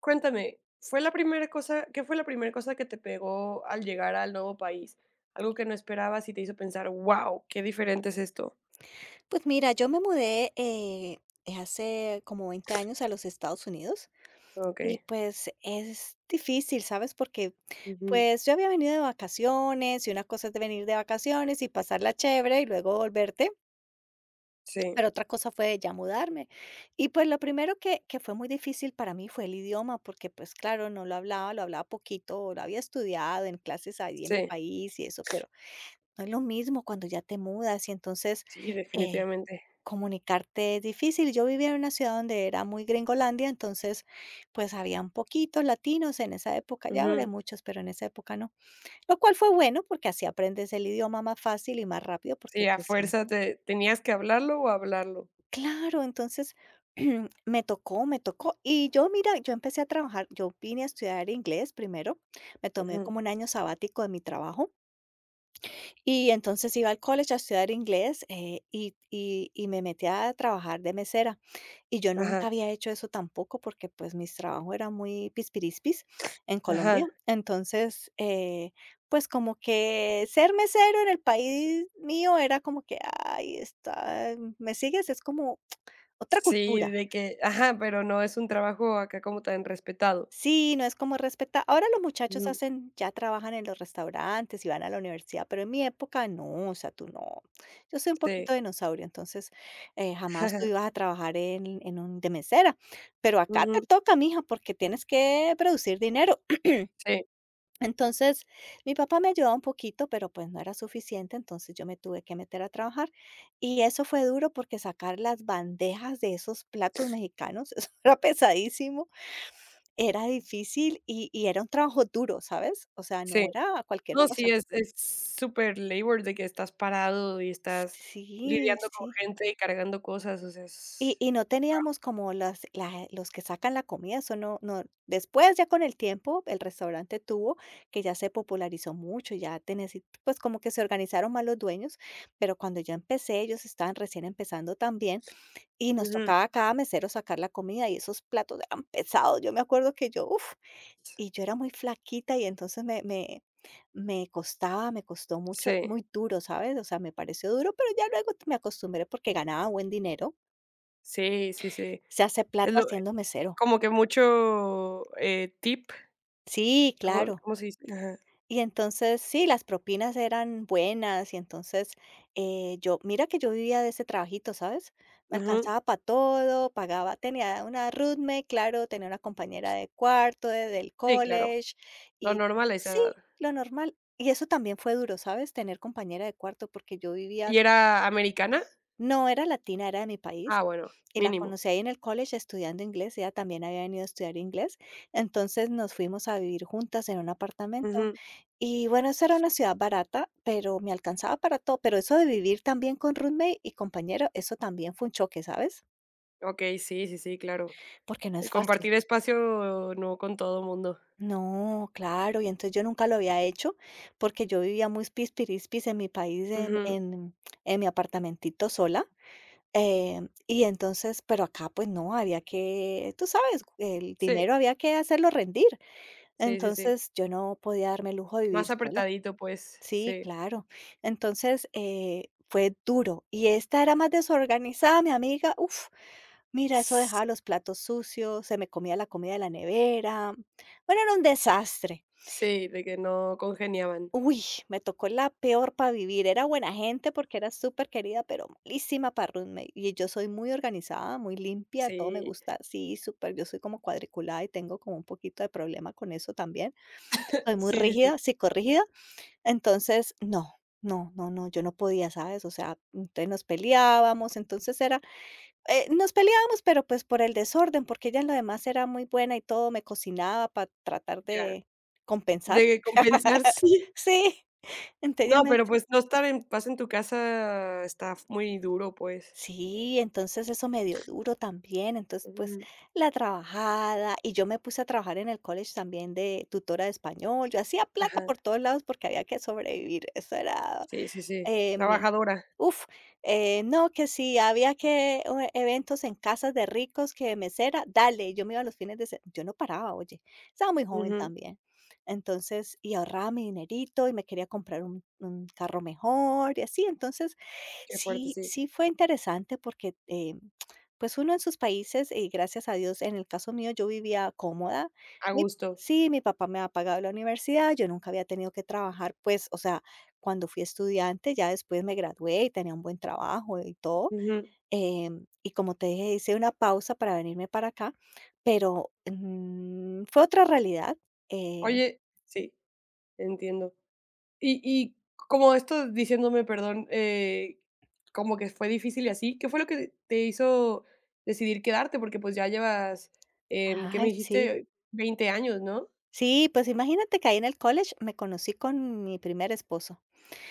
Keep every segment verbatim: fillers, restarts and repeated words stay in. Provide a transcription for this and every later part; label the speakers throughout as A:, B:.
A: Cuéntame, ¿fue la primera cosa qué fue la primera cosa que te pegó al llegar al nuevo país? Algo que no esperabas y te hizo pensar: "¡Wow, qué diferente es esto!".
B: Pues mira, yo me mudé, eh, hace como veinte años a los Estados Unidos y
A: Okey.
B: pues es difícil, ¿sabes? Porque
A: Ujú.
B: pues yo había venido de vacaciones y una cosa es de venir de vacaciones y pasarla chévere y luego volverte,
A: Sí,
B: pero otra cosa fue ya mudarme. Y pues lo primero que, que fue muy difícil para mí fue el idioma, porque pues claro, no lo hablaba, lo hablaba poquito, lo había estudiado en clases ahí en mi
A: sí,
B: país y eso, pero no es lo mismo cuando ya te mudas y entonces...
A: sí,
B: eh,
A: definitivamente.
B: Comunicarte es difícil. Yo vivía en una ciudad donde era muy Gringolandia, entonces, pues, habían poquitos latinos en esa época, ya ahora hay
A: Ujú.
B: muchos, pero en esa época no. Lo cual fue bueno, porque así aprendes el idioma más fácil y más rápido, porque
A: Sí, a
B: te sientes.
A: fuerza te tenías que hablarlo o hablarlo.
B: Claro, entonces, me tocó, me tocó. Y yo, mira, yo empecé a trabajar, yo vine a estudiar inglés primero, me tomé
A: Ujú.
B: como un año sabático de mi trabajo. Y entonces iba al college a estudiar inglés, eh, y y y me metí a trabajar de mesera. Y yo
A: Ajá,
B: nunca había hecho eso tampoco, porque, pues, mis trabajos eran muy pispirispis en
A: ajá.
B: Colombia. Entonces, eh, pues, como que ser mesero en el país mío era como que: "Ay, está, ¿me sigues?". Es como otra
A: Sí,
B: cultura.
A: de que ajá, pero no es un trabajo acá como tan respetado.
B: Sí, no es como respeta ahora los muchachos
A: Ujú.
B: hacen ya trabajan en los restaurantes y van a la universidad, pero en mi época no, o sea, tú no. Yo soy un
A: Sí.
B: poquito dinosaurio, entonces, eh, jamás tú ibas a trabajar en en un de mesera, pero acá te
A: Ujú.
B: toca, mija, porque tienes que producir dinero.
A: Sí,
B: Entonces, mi papá me ayudaba un poquito, pero, pues, no era suficiente, entonces yo me tuve que meter a trabajar, y eso fue duro porque sacar las bandejas de esos platos mexicanos, eso era pesadísimo. Era difícil y y era un trabajo duro, ¿sabes? O sea,
A: sí.
B: no era cualquier
A: No, sí,
B: cosa.
A: es es súper labor de que estás parado y estás
B: Sí,
A: lidiando con
B: sí.
A: gente y cargando cosas, o sea,
B: Y
A: es
B: y no teníamos como las la los que sacan la comida, eso no no después, ya con el tiempo, el restaurante tuvo, que ya se popularizó mucho, ya tenés y pues, como que se organizaron más los dueños, pero cuando yo empecé, ellos estaban recién empezando también, y nos
A: ujú.
B: tocaba a cada mesero sacar la comida, y esos platos eran pesados. Yo me acuerdo que yo, uf. Y yo era muy flaquita y entonces me me me costaba, me costó mucho,
A: Sí,
B: muy duro, ¿sabes? O sea, me pareció duro, pero ya luego me acostumbré porque ganaba buen dinero.
A: sí, sí, sí.
B: Se hace
A: Es
B: plata
A: lo
B: siendo mesero.
A: como que mucho, eh, tip,
B: Sí,
A: ¿cómo
B: claro.
A: cómo se dice? Ajá,
B: Y entonces, sí, las propinas eran buenas y entonces, eh, yo mira que yo vivía de ese trabajito, ¿sabes? Me
A: ujú.
B: alcanzaba para todo, pagaba, tenía una roommate, claro, tenía una compañera de cuarto, de- del
A: Sí, claro,
B: college
A: lo
B: y
A: normal a esa
B: sí,
A: edad.
B: lo normal. Y eso también fue duro, ¿sabes? Tener compañera de cuarto porque yo vivía
A: ¿Y era americana?
B: no era latina, era de mi
A: Ah,
B: país,
A: bueno,
B: y la
A: mínimo.
B: conocí ahí en el college estudiando inglés, ella también había venido a estudiar inglés, entonces nos fuimos a vivir juntas en un apartamento.
A: Ujú.
B: Y bueno, esa era una ciudad barata, pero me alcanzaba para todo, pero eso de vivir también con roommate y compañero, eso también fue un choque, ¿sabes?
A: Okey, sí, sí, sí, claro.
B: Porque no
A: Y
B: es fácil.
A: compartir espacio no con todo mundo.
B: No, claro, y entonces yo nunca lo había hecho porque yo vivía muy pispirispis en mi país, en,
A: Ujú.
B: en, en mi apartamentito sola. Em, y entonces, pero acá, pues no, había que, tú sabes, el
A: Sí,
B: dinero había que hacerlo rendir.
A: sí, sí, sí.
B: Entonces, yo no podía darme el lujo de vivir
A: Más
B: sola.
A: apretadito, pues,
B: Sí,
A: sí.
B: claro. Entonces, eh, fue duro. Y esta era más desorganizada, mi amiga. Uf, mira, eso
A: S
B: dejaba los platos sucios, se me comía la comida de la nevera. Bueno, era un desastre.
A: Sí, de que no congeniaban.
B: Uy, me tocó la peor para vivir. Era buena gente porque era súper querida, pero malísima para roommate. Y yo soy muy organizada, muy limpia, todo me
A: Sí,
B: gusta. Sí, súper. Yo soy como cuadriculada y tengo como un poquito de problema con eso también. Soy muy
A: sí, sí, sí,
B: rígida, psicorrígida. Entonces, no, no, no, no, yo no podía, ¿sabes? O sea, entonces nos peleábamos. Entonces era, eh, nos peleábamos, pero pues por el desorden, porque ella en lo demás era muy buena y todo, me cocinaba para tratar
A: ya.
B: de
A: De
B: compensar.
A: que compensar, sí.
B: Sí, entonces ella
A: No,
B: me
A: pero, pues, no estar en paz en tu casa está f muy duro, pues.
B: Sí, entonces eso me dio duro también. Entonces, pues
A: Ujú,
B: la trabajada y yo me puse a trabajar en el college también de tutora de español. Yo hacía plata
A: ajá.
B: por todos lados porque había que sobrevivir. Eso era,
A: Sí, sí, sí.
B: eh, me-
A: Trabajadora.
B: uf, eh, no, que sí, había que eh, eventos en casas de ricos que mesera, dale, yo me iba los fines de semana. Yo no paraba, oye, estaba muy joven
A: Ujú.
B: también. Entonces, y ahorraba mi dinerito y me quería comprar un, un carro mejor y así. Entonces,
A: Qué fuerte,
B: sí,
A: sí.
B: sí fue interesante porque, eh, pues, uno en sus países, y gracias a Dios, en el caso mío, yo vivía cómoda.
A: A
B: Mi
A: gusto.
B: Sí, mi papá me ha pagado la universidad, yo nunca había tenido que trabajar, pues, o sea, cuando fui estudiante, ya después me gradué y tenía un buen trabajo y todo,
A: Ujú.
B: em, y como te dije, hice una pausa para venirme para acá, pero, mm, fue otra realidad, eh
A: Oye, sí, entiendo. Y y como esto diciéndome, perdón, eh, como que fue difícil y así, ¿qué fue lo que te hizo decidir quedarte? Porque, pues, ya llevas, em, ¿qué me
B: ay, sí.
A: dijiste? Veinte años, ¿no?
B: Sí, pues imagínate que ahí en el college me conocí con mi primer esposo.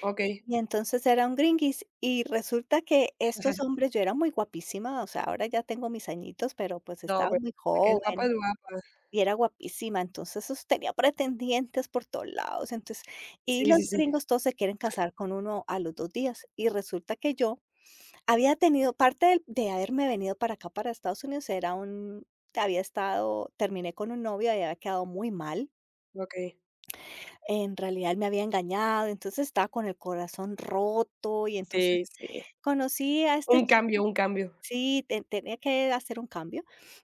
A: Okey.
B: Y entonces era un gringuis, y resulta que estos hombres yo era muy guapísima, o sea, ahora ya tengo mis añitos, pero pues
A: No,
B: estaba
A: pero
B: muy
A: la que es guapa es
B: joven
A: guapa.
B: y era guapísima, entonces esos tenía pretendientes por todos lados, entonces y
A: Sí, sí,
B: los
A: sí.
B: gringos todos se quieren casar con uno a los dos días, y resulta que yo había tenido parte del de haberme venido para acá, para Estados Unidos, era un había estado terminé con un novio, y había quedado muy mal,
A: Okey.
B: en realidad él me había engañado, entonces estaba con el corazón roto y entonces
A: Sí, sí.
B: conocí a este
A: Un
B: chico.
A: cambio, un cambio.
B: Sí, te tenía que hacer un cambio.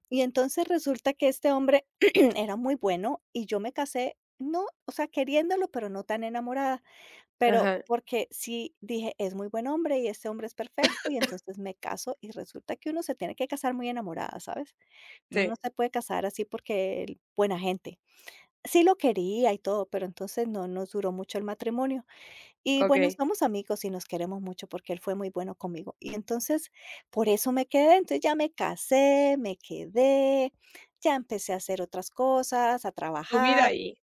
B: Y entonces resulta que este hombre era muy bueno y yo me casé, no, o sea, queriéndolo, pero no tan enamorada, pero
A: Ajá.
B: porque sí dije: "Es muy buen hombre y este hombre es perfecto", y entonces me caso y resulta que uno se tiene que casar muy enamorada, ¿sabes? Uno no
A: Sí,
B: se puede casar así porque el- buena gente. Sí lo quería y todo, pero entonces no nos duró mucho el matrimonio. Y bueno,
A: okey.
B: somos amigos y nos queremos mucho porque él fue muy bueno conmigo. Y entonces, por eso me quedé. Entonces ya me casé, me quedé, ya empecé a hacer otras cosas, a
A: Tu vida
B: trabajar.
A: ahí,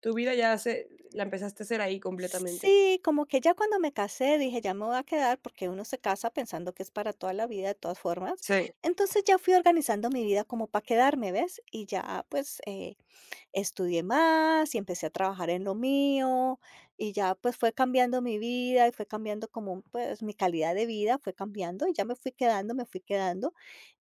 A: tu vida ya se la empezaste a hacer ahí completamente.
B: Sí, como que ya cuando me casé dije, ya me voy a quedar porque uno se casa pensando que es para toda la vida de todas formas.
A: Sí,
B: Entonces ya fui organizando mi vida como para quedarme, ¿ves? Y ya pues eh, estudié más y empecé a trabajar en lo mío y ya pues fue cambiando mi vida y fue cambiando como pues mi calidad de vida fue cambiando y ya me fui quedando, me fui quedando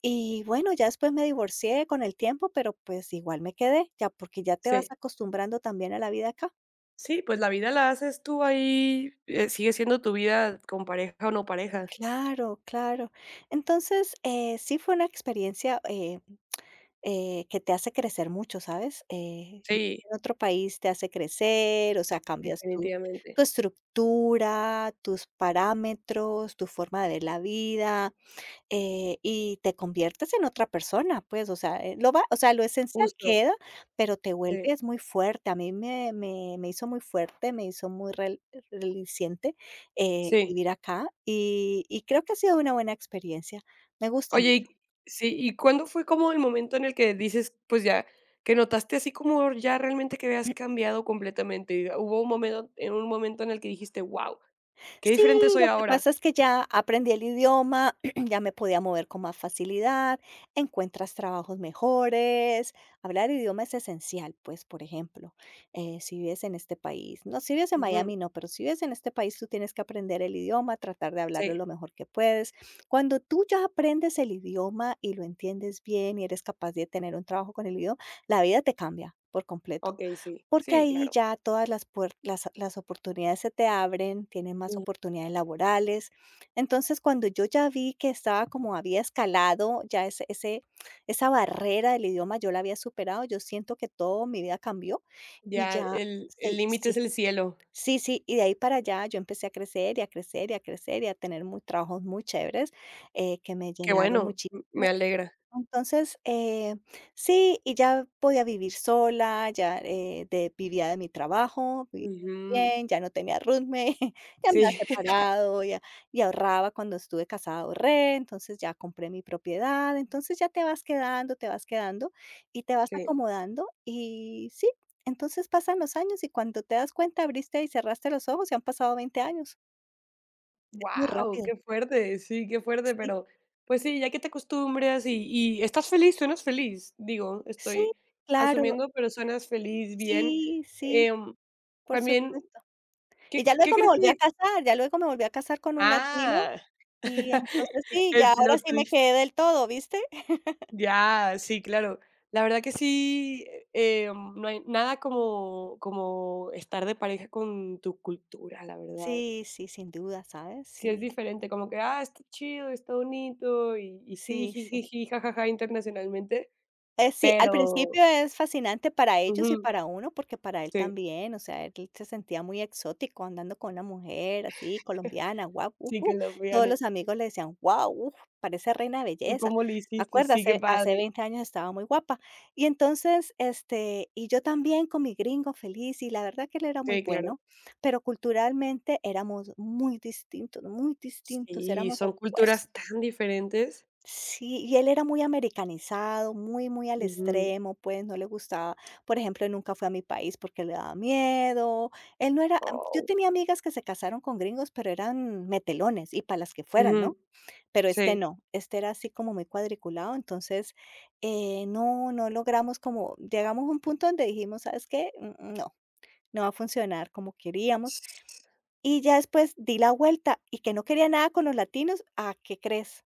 B: y bueno, ya después me divorcié con el tiempo, pero pues igual me quedé, ya porque ya te vas
A: sí.
B: acostumbrando también a la vida acá.
A: Sí, pues la vida la haces tú ahí, eh, sigue siendo tu vida con pareja o no pareja.
B: Claro, claro. Entonces, eh, sí fue una experiencia, eh, Eh, que te hace crecer mucho, ¿sabes? Eh, vivir
A: Sí,
B: en otro país te hace crecer, o sea, cambias tu, tu
A: definitivamente.
B: estructura, tus parámetros, tu forma de ver la vida, eh, y te conviertes en otra persona, pues, o sea, eh, lo va, o sea, lo esencial
A: Justo,
B: queda, pero te
A: sí,
B: vuelves muy fuerte. A mí me, me, me hizo muy fuerte, me hizo muy rel- reliciente eh,
A: sí.
B: vivir acá y, y creo que ha sido una buena experiencia. Me gusta
A: Oye,
B: mucho.
A: y sí, ¿y cuándo fue como el momento en el que dices, pues ya, que notaste así como ya realmente que habías cambiado completamente? Y hubo un momento, en un momento en el que dijiste, wow, qué
B: Sí,
A: diferente soy
B: lo que
A: ahora.
B: pasa es que ya aprendí el idioma, ya me podía mover con más facilidad, encuentras trabajos mejores. Hablar idioma es esencial, pues, por ejemplo, eh, si vives en este país, no, si vives en
A: Ujú.
B: Miami, no, pero si vives en este país, tú tienes que aprender el idioma, tratar de hablarlo
A: Sí,
B: lo mejor que puedes. Cuando tú ya aprendes el idioma y lo entiendes bien y eres capaz de tener un trabajo con el idioma, la vida te cambia por completo.
A: ok, sí,
B: Porque
A: sí,
B: ahí
A: claro.
B: ya todas las puer las las oportunidades se te abren, tienes más
A: Ujú.
B: oportunidades laborales. Entonces, cuando yo ya vi que estaba como había escalado, ya ese ese esa barrera del idioma yo la había superado, yo siento que todo mi vida cambió y
A: Ya
B: ya
A: el el
B: sí,
A: límite es
B: sí,
A: el cielo.
B: sí, sí, y de ahí para allá yo empecé a crecer, y a crecer, y a crecer, y a tener muy trabajos muy chéveres, eh, que me
A: Qué
B: llenaron
A: bueno,
B: muchísimo.
A: m- me alegra.
B: Entonces, eh, sí, y ya podía vivir sola, ya eh, de, vivía de mi trabajo, vivía
A: Ujú.
B: bien, ya no tenía roommate, ya me había
A: Sí.
B: separado, ya, y ahorraba cuando estuve casada, ahorré, entonces ya compré mi propiedad, entonces ya te vas quedando, te vas quedando y te vas
A: Sí.
B: acomodando y sí, entonces pasan los años y cuando te das cuenta abriste y cerraste los ojos y han pasado veinte años, es muy
A: Wow,
B: rápido,
A: qué fuerte, sí, qué fuerte,
B: sí,
A: pero pues sí, ya que te acostumbras y y estás feliz, suenas feliz, digo,
B: sí,
A: estoy
B: claro,
A: asumiendo, pero suenas feliz, bien.
B: sí, sí,
A: Em,
B: por
A: También,
B: supuesto. Y
A: ¿qué
B: ya
A: qué
B: luego me
A: crees
B: volví
A: que
B: a
A: es?
B: casar, ya luego me volví a casar con un latino,
A: Ah,
B: y entonces sí,
A: el
B: ya ahora
A: plot
B: sí me
A: twist.
B: quedé del todo, ¿viste?
A: Ya, sí, claro. La verdad que sí, eh, em, no hay nada como como estar de pareja con tu cultura, la verdad.
B: Sí, sí, sin duda, ¿sabes?
A: Sí, es
B: Sí,
A: diferente, como que, ah, está chido, está bonito, y y sí,
B: sí, sí.
A: jijiji, jajaja, internacionalmente,
B: Eh, sí, al
A: pero
B: principio es fascinante para ellos y
A: ujú,
B: para uno, porque para él
A: sí,
B: también, o sea, él se sentía muy exótico andando con una mujer así, colombiana, guau,
A: sí,
B: ujú. Todos
A: colombiana.
B: los amigos le decían: "Guau, uf, parece reina de
A: ¿Tú
B: belleza".
A: cómo le
B: Me
A: hiciste?
B: acuerdo,
A: Sí, qué
B: hace hace
A: padre.
B: veinte años estaba muy guapa. Y entonces, este, y yo también con mi gringo feliz, y la verdad que él era muy
A: Sí, claro.
B: bueno, pero culturalmente éramos muy distintos, muy distintos,
A: Sí,
B: éramos
A: son
B: opuestos.
A: culturas tan diferentes.
B: Sí, y él era muy americanizado, muy, muy al
A: Ujú.
B: extremo, pues no le gustaba, por ejemplo, él nunca fue a mi país porque le daba miedo, él no era, mm, yo
A: Oh,
B: tenía amigas que se casaron con gringos, pero eran metelones y para las que fueran,
A: ujú,
B: ¿no? Pero este
A: sí.
B: no, este era así como muy cuadriculado, entonces eh, no, no logramos como, llegamos a un punto donde dijimos: ¿sabes qué? Mm, no, no va a funcionar como queríamos. Y ya después di la vuelta y que no quería nada con los latinos, ¿a qué crees?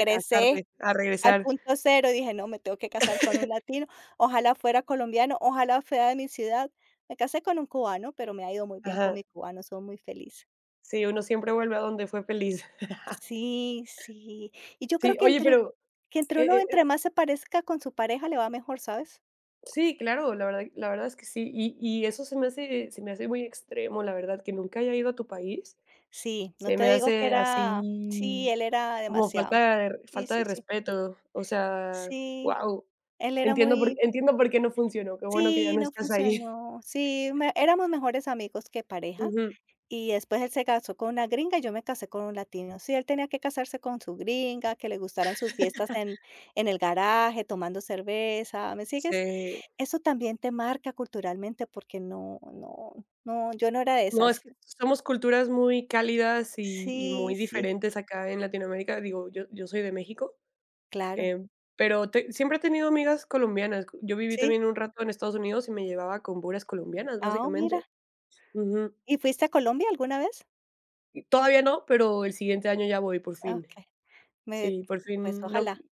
A: A casarte, a
B: al
A: regresar.
B: punto cero, dije: "No, me tengo que casar con un latino, ojalá fuera colombiano, ojalá fuera de mi ciudad". Me casé con un cubano, pero me ha ido muy bien con
A: Ajá.
B: mi cubano, soy muy feliz.
A: Sí, uno siempre vuelve a donde fue feliz.
B: Sí, sí. Y yo
A: Sí,
B: creo que
A: oye,
B: entre
A: pero,
B: que entre uno
A: eh eh
B: entre más se parezca con su pareja, le va mejor, ¿sabes?
A: sí, claro, la verdad, la verdad es que sí. Y y eso se me hace se me hace muy extremo, la verdad, que nunca haya ido a tu país,
B: Sí, no
A: se
B: te
A: me
B: digo que
A: hace
B: era sí,
A: así
B: él era
A: como
B: demasiado.
A: falta de
B: Sí,
A: falta de
B: sí, sí.
A: respeto. O sea,
B: Sí,
A: wow.
B: él era
A: Entiendo por
B: muy
A: entiendo por qué no funcionó, qué bueno que ya
B: sí,
A: no
B: no
A: estás ahí.
B: funcionó. Sí, me éramos mejores amigos que pareja.
A: Ujú.
B: Y después él se casó con una gringa y yo me casé con un latino. Sí, él tenía que casarse con su gringa, que le gustaran sus fiestas en, en el garaje, tomando cerveza, ¿me sigues?
A: Sí.
B: Eso también te marca culturalmente porque no, no, no, yo no era de
A: No, es
B: esas.
A: que somos culturas muy cálidas y y muy
B: Sí, sí,
A: diferentes acá en Latinoamérica. Digo, yo yo soy de México.
B: claro,
A: Em, pero te siempre he tenido amigas colombianas. Yo viví
B: sí.
A: también un rato en Estados Unidos y me llevaba con puras colombianas,
B: Ah, oh, mira.
A: básicamente. Ujú.
B: ¿Y fuiste a Colombia alguna vez?
A: Y todavía no, pero el siguiente año ya voy, por
B: Ah,
A: fin.
B: ok, me,
A: Sí, por
B: pues
A: fin lo
B: ojalá.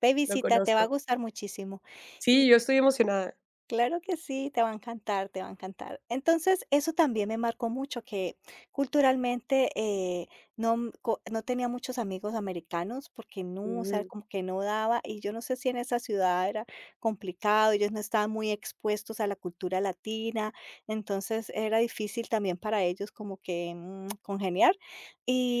B: Baby,
A: lo
B: sí, te va a
A: conozco.
B: gustar muchísimo.
A: Sí,
B: Y
A: yo estoy emocionada.
B: claro que sí, te va a encantar, te va a encantar. Entonces, eso también me marcó mucho, que culturalmente eh, no, m- co- no tenía muchos amigos americanos porque no, o sea,
A: Ujú,
B: como que no daba, y yo no sé si en esa ciudad era complicado, ellos no estaban muy expuestos a la cultura latina, entonces era difícil también para ellos como que mm, congeniar.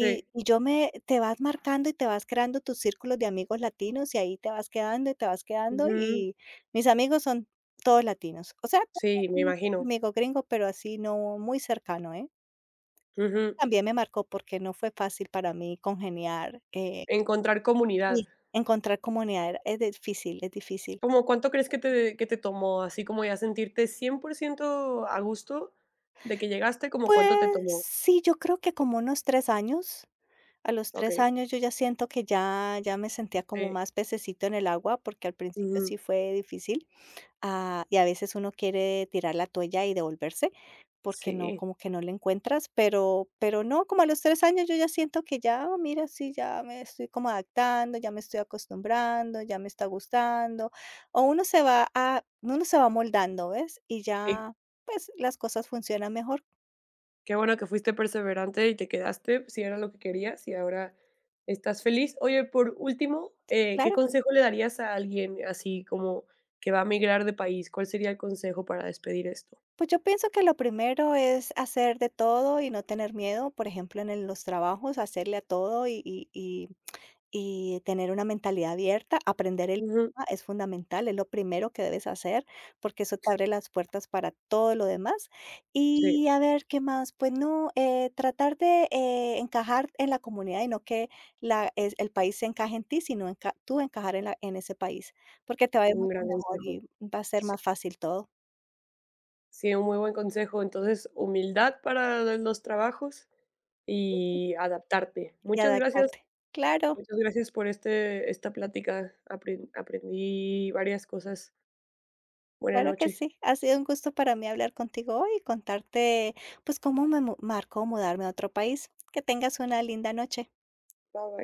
A: sí.
B: y yo me, te vas marcando y te vas creando tus círculos de amigos latinos y ahí te vas quedando y te vas quedando
A: Ujú.
B: y... Mis amigos son todos latinos. O sea,
A: Sí, me
B: tengo un
A: imagino.
B: amigo gringo, pero así no muy cercano, ¿eh?
A: Ujú.
B: También me marcó porque no fue fácil para mí congeniar, eh,
A: Encontrar comunidad.
B: y encontrar comunidad era es difícil, es difícil.
A: ¿Cómo Cuánto crees que te que te tomó, así como ya sentirte cien por ciento a gusto de que llegaste, como cuánto te
B: Pues
A: tomó?
B: sí, yo creo que como unos tres años. A los tres
A: Okey,
B: años yo ya siento que ya ya me sentía como
A: sí.
B: más pececito en el agua, porque al principio
A: Ujú.
B: sí fue difícil. Ah, y a veces uno quiere tirar la toalla y devolverse, porque no,
A: Sí,
B: como que no le encuentras, pero pero no, como a los tres años yo ya siento que ya, oh, mira, sí, ya me estoy como adaptando, ya me estoy acostumbrando, ya me está gustando, o uno se va a uno se va amoldando, ¿ves? Y
A: sí.
B: ya, pues, las cosas funcionan mejor.
A: Qué bueno que fuiste perseverante y te quedaste, si era lo que querías y ahora estás feliz. Oye, por último,
B: Sí,
A: eh, ¿qué
B: claro.
A: consejo le darías a alguien así como que va a migrar de país? ¿Cuál sería el consejo para despedir esto?
B: Pues yo pienso que lo primero es hacer de todo y no tener miedo, por ejemplo, en el los trabajos, hacerle a todo y y y y tener una mentalidad abierta, aprender el
A: Ujú,
B: idioma es fundamental, es lo primero que debes hacer, porque eso te abre las puertas para todo lo demás.
A: sí,
B: Y a ver, ¿qué más? Pues no, eh, tratar de eh, encajar en la comunidad y no que la, es- el país se encaje en ti, sino enca- tú encajar en, la- en ese país, porque te va a ir
A: un
B: mucho
A: gran
B: mejor
A: consejo.
B: y va a ser
A: Sí,
B: más fácil todo.
A: sí, un muy buen consejo. Entonces, humildad para los trabajos
B: Sí, sí,
A: y adaptarte.
B: y
A: Muchas gracias,
B: adaptarte. Claro.
A: muchas gracias por este, esta plática. Apren- aprendí varias cosas. Buena
B: Claro que
A: noche.
B: sí, ha sido un gusto para mí hablar contigo hoy y contarte, pues, cómo me mu- marcó mudarme a otro país. Que tengas una linda noche.
A: Bye bye.